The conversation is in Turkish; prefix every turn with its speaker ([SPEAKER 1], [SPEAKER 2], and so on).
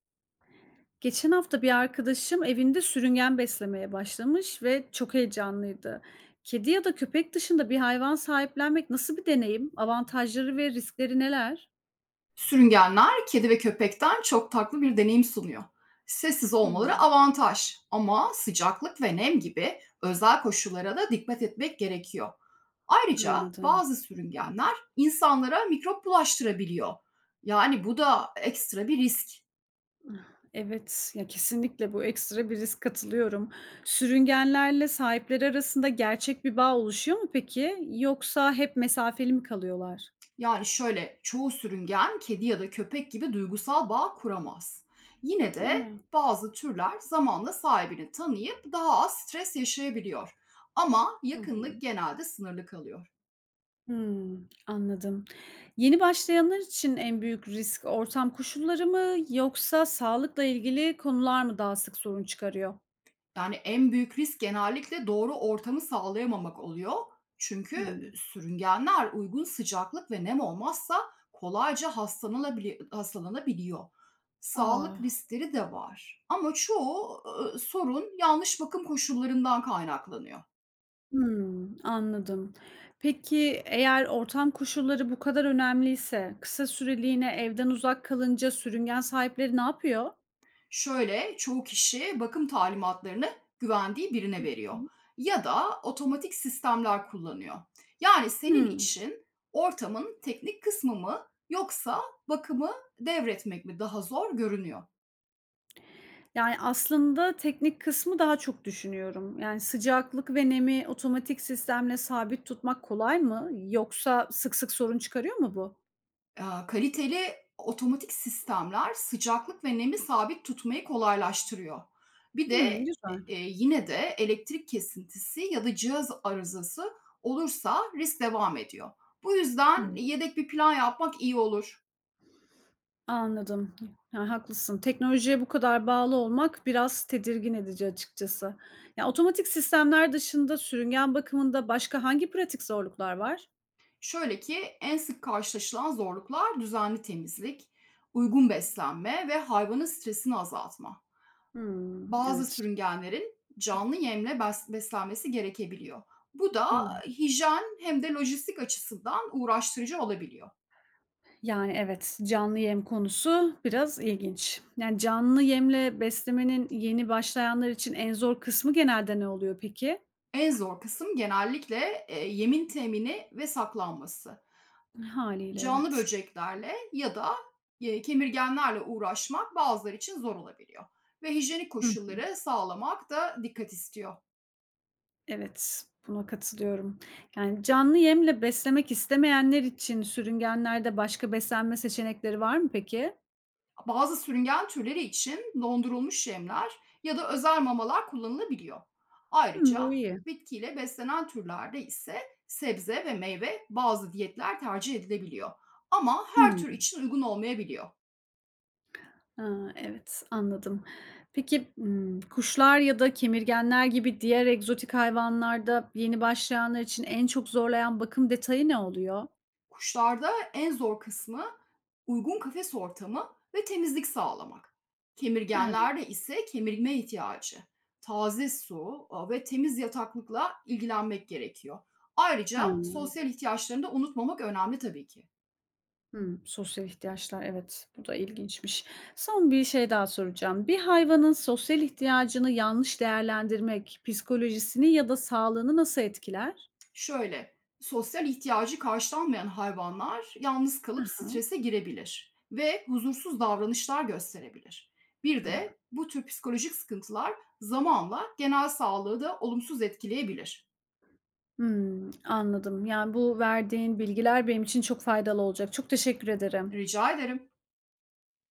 [SPEAKER 1] Geçen hafta bir arkadaşım evinde sürüngen beslemeye başlamış ve çok heyecanlıydı. Kedi ya da köpek dışında bir hayvan sahiplenmek nasıl bir deneyim? Avantajları ve riskleri neler?
[SPEAKER 2] Sürüngenler kedi ve köpekten çok farklı bir deneyim sunuyor. Sessiz olmaları
[SPEAKER 1] Hmm,
[SPEAKER 2] avantaj ama sıcaklık ve nem gibi özel koşullara da dikkat etmek gerekiyor. Ayrıca
[SPEAKER 1] anladım.
[SPEAKER 2] bazı sürüngenler insanlara mikrop bulaştırabiliyor. Yani bu da ekstra bir risk.
[SPEAKER 1] Evet, ya kesinlikle bu ekstra bir risk katılıyorum. Sürüngenlerle sahipleri arasında gerçek bir bağ oluşuyor mu peki? Yoksa hep mesafeli mi kalıyorlar?
[SPEAKER 2] Yani şöyle, çoğu sürüngen kedi ya da köpek gibi duygusal bağ kuramaz. Yine
[SPEAKER 1] Değil
[SPEAKER 2] de
[SPEAKER 1] mi?
[SPEAKER 2] bazı türler zamanla sahibini tanıyıp daha az stres yaşayabiliyor. Ama
[SPEAKER 1] Hı hı.
[SPEAKER 2] yakınlık genelde sınırlı kalıyor.
[SPEAKER 1] Hımm, anladım. Yeni başlayanlar için en büyük risk ortam koşulları mı yoksa sağlıkla ilgili konular mı daha sık sorun çıkarıyor?
[SPEAKER 2] Yani, en büyük risk genellikle doğru ortamı sağlayamamak oluyor. Çünkü,
[SPEAKER 1] Hımm.
[SPEAKER 2] ü sürüngenler uygun sıcaklık ve nem olmazsa kolayca hastalanabiliyor. Sağlık
[SPEAKER 1] A!
[SPEAKER 2] riskleri de var ama çoğu sorun yanlış bakım koşullarından kaynaklanıyor.
[SPEAKER 1] Hımm, anladım. Peki, eğer ortam koşulları bu kadar önemliyse kısa süreliğine evden uzak kalınca sürüngen sahipleri ne yapıyor?
[SPEAKER 2] Şöyle, çoğu kişi bakım talimatlarını güvendiği
[SPEAKER 1] Hı
[SPEAKER 2] birine veriyor
[SPEAKER 1] hı.
[SPEAKER 2] ya da otomatik sistemler kullanıyor. Yani senin
[SPEAKER 1] Hımm.
[SPEAKER 2] için ortamın teknik kısmı mı yoksa bakımı devretmek mi daha zor görünüyor?
[SPEAKER 1] Yani, aslında teknik kısmı daha çok düşünüyorum. Yani, sıcaklık ve nemi otomatik sistemle sabit tutmak kolay mı yoksa sık sık sorun çıkarıyor mu bu?
[SPEAKER 2] Kaliteli otomatik sistemler sıcaklık ve nemi sabit tutmayı kolaylaştırıyor. Bir
[SPEAKER 1] Hımm,
[SPEAKER 2] de,
[SPEAKER 1] güzel.
[SPEAKER 2] yine de elektrik kesintisi ya da cihaz arızası olursa risk devam ediyor. Bu yüzden
[SPEAKER 1] Hımm,
[SPEAKER 2] yedek bir plan yapmak iyi olur.
[SPEAKER 1] anladım. Yani haklısın. Teknolojiye bu kadar bağlı olmak biraz tedirgin edici açıkçası. Ya, otomatik sistemler dışında sürüngen bakımında başka hangi pratik zorluklar var?
[SPEAKER 2] Şöyle ki en sık karşılaşılan zorluklar düzenli temizlik, uygun beslenme ve hayvanın stresini azaltma.
[SPEAKER 1] Hımm,
[SPEAKER 2] Bazı
[SPEAKER 1] evet.
[SPEAKER 2] sürüngenlerin canlı yemle beslenmesi gerekebiliyor. Bu da hijyen hem de lojistik açısından uğraştırıcı olabiliyor.
[SPEAKER 1] Yani, evet, canlı yem konusu biraz ilginç. Yani, canlı yemle beslemenin yeni başlayanlar için en zor kısmı genelde ne oluyor peki?
[SPEAKER 2] En zor kısım genellikle yemin temini ve saklanması.
[SPEAKER 1] Haliyle
[SPEAKER 2] Canlı
[SPEAKER 1] evet.
[SPEAKER 2] böceklerle ya da kemirgenlerle uğraşmak bazıları için zor olabiliyor. Ve hijyenik
[SPEAKER 1] Hıh,
[SPEAKER 2] koşulları sağlamak da dikkat istiyor.
[SPEAKER 1] evet, buna katılıyorum. Yani, canlı yemle beslemek istemeyenler için sürüngenlerde başka beslenme seçenekleri var mı peki?
[SPEAKER 2] Bazı sürüngen türleri için dondurulmuş yemler ya da özel mamalar kullanılabiliyor.
[SPEAKER 1] Hımm,
[SPEAKER 2] Ayrıca
[SPEAKER 1] bu iyi.
[SPEAKER 2] bitkiyle beslenen türlerde ise sebze ve meyve bazı diyetler tercih edilebiliyor. Ama her
[SPEAKER 1] Hıı.
[SPEAKER 2] tür için uygun olmayabiliyor.
[SPEAKER 1] A, evet, anladım. Peki, kuşlar ya da kemirgenler gibi diğer egzotik hayvanlarda yeni başlayanlar için en çok zorlayan bakım detayı ne oluyor?
[SPEAKER 2] Kuşlarda en zor kısmı uygun kafes ortamı ve temizlik sağlamak.
[SPEAKER 1] Evet.
[SPEAKER 2] Kemirgenlerde ise kemirme ihtiyacı, taze su ve temiz yataklıkla ilgilenmek gerekiyor. Ayrıca
[SPEAKER 1] He.
[SPEAKER 2] sosyal ihtiyaçlarını da unutmamak önemli tabii ki.
[SPEAKER 1] Hımm, sosyal ihtiyaçlar, evet, bu da ilginçmiş. Son bir şey daha soracağım. Bir hayvanın sosyal ihtiyacını yanlış değerlendirmek psikolojisini ya da sağlığını nasıl etkiler?
[SPEAKER 2] Şöyle, sosyal ihtiyacı karşılanmayan hayvanlar yalnız
[SPEAKER 1] Hı
[SPEAKER 2] kalıp
[SPEAKER 1] hı.
[SPEAKER 2] strese girebilir ve huzursuz davranışlar gösterebilir. Bir de bu tür psikolojik sıkıntılar zamanla genel sağlığı da olumsuz etkileyebilir.
[SPEAKER 1] Anladım. Yani, bu verdiğin bilgiler benim için çok faydalı olacak. Çok teşekkür ederim.
[SPEAKER 2] Rica ederim.